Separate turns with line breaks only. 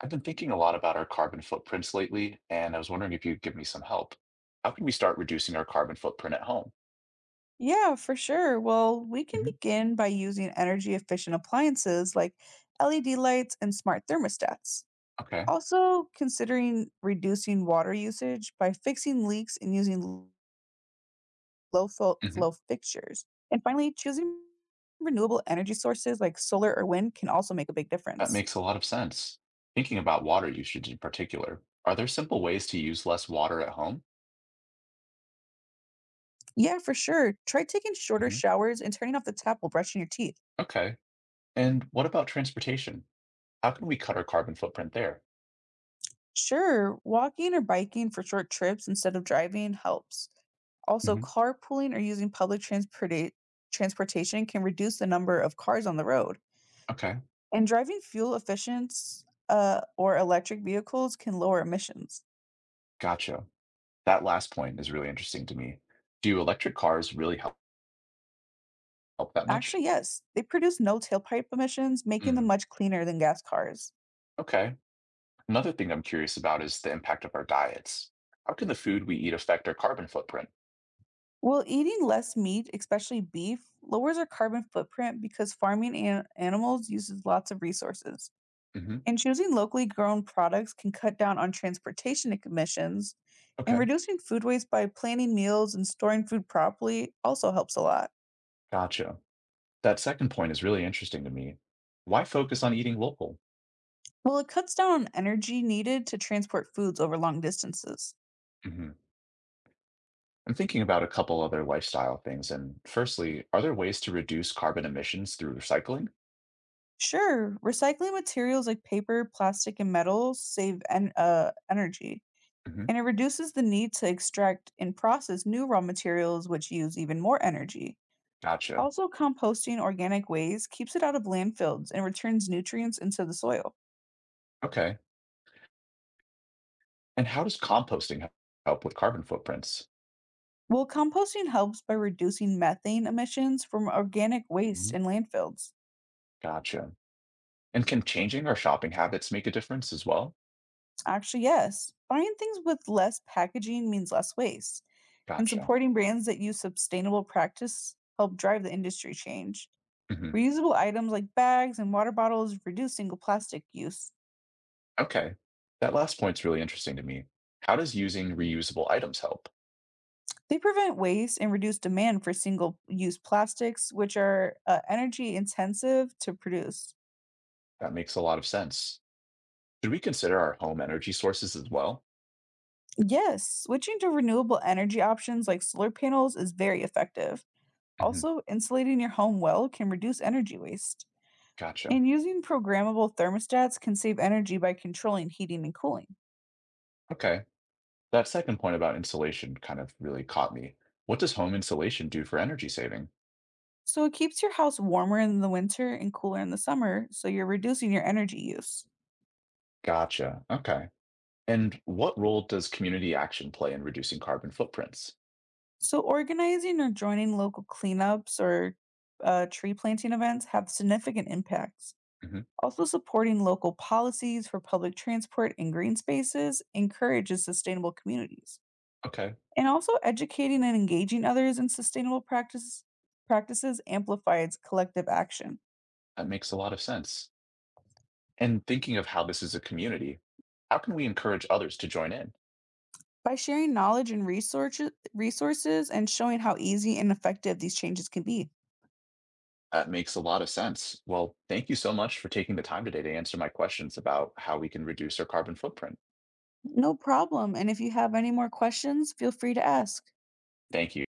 I've been thinking a lot about our carbon footprints lately, and I was wondering if you'd give me some help. How can we start reducing our carbon footprint at home?
Yeah, for sure. Well, we can
Hmm.
begin by using energy efficient appliances like LED lights and smart thermostats.
Okay.
Also, considering reducing water usage by fixing leaks and low flow
Hmm.
fixtures. And finally, choosing renewable energy sources like solar or wind can also make a big
That
difference.
makes a lot of sense. Thinking about water usage in particular, are there simple ways to use less water at home?
Yeah, for sure. Try taking shorter
Hmm.
showers and turning off the tap while brushing your teeth.
Okay. And what about transportation? How can we cut our carbon footprint there?
Sure, walking or biking for short trips instead of driving helps. Also,
Hmm.
carpooling or transportation can reduce the number of cars on the road.
Okay.
And driving fuel efficient or electric vehicles can lower emissions.
Gotcha. That last point is really interesting to me. Do electric cars really help that much?
Actually, yes, they produce no tailpipe emissions, making them
Mm.
much cleaner than gas cars.
Okay. Another thing I'm curious about is the impact of our diets. How can the food we eat affect our carbon footprint?
Well, eating less meat, especially beef, lowers our carbon footprint because animals uses lots of resources.
Hmm.
And choosing locally grown products can cut down on transportation emissions, and
Okay,
reducing food waste by planning meals and storing food properly also helps a lot.
gotcha. That second point is really interesting to me. Why focus on eating local?
Well, it cuts down on energy needed to transport foods over long distances.
Hmm. I'm thinking about a couple other lifestyle things. And firstly, are there ways to reduce carbon emissions through recycling?
Sure, recycling materials like paper, plastic, and metals energy,
Hmm.
and it reduces the need to extract and process new raw materials, which use even more energy.
Gotcha.
Also, composting organic waste keeps it out of landfills and returns nutrients into the soil.
Okay. And how does composting help with carbon footprints?
Well, composting helps by reducing methane emissions from organic waste
Mhm.
in landfills.
Gotcha. And can changing our shopping habits make a difference as well?
Actually, yes, buying things with less packaging means less waste, and
Gotcha.
supporting brands that use sustainable practice help drive the industry change.
Mhm.
Reusable items like bags and water bottles reduce single plastic use.
Okay. That last point's really interesting to me. How does using reusable items help?
They prevent waste and reduce demand for single use plastics, which are energy intensive to produce.
That makes a lot of sense. Should we consider our home energy sources as well?
Yes, switching to renewable energy options like solar panels is very effective.
Hmm.
Also, insulating your home well can reduce energy waste.
Gotcha.
And using programmable thermostats can save energy by controlling heating and cooling.
Okay. That second point about insulation kind of really caught me. What does home insulation do for energy saving?
So it keeps your house warmer in the winter and cooler in the summer, so you're reducing your energy use.
Gotcha. Okay. And what role does community action play in reducing carbon footprints?
So organizing or joining local cleanups or tree planting events have significant impacts.
Hmm.
Also, supporting local policies for public transport and green spaces encourages sustainable communities.
Okay.
And also educating and engaging others in sustainable practices practices amplifies collective action.
That makes a lot of sense. And thinking of how this is a community, how can we encourage others to join in?
By sharing knowledge and resources resources and showing how easy and effective these changes can be.
That makes a lot of sense. Well, thank you so much for taking the time today to answer my questions about how we can reduce our carbon footprint.
No problem. And if you have any more questions, feel free to ask.
Thank you.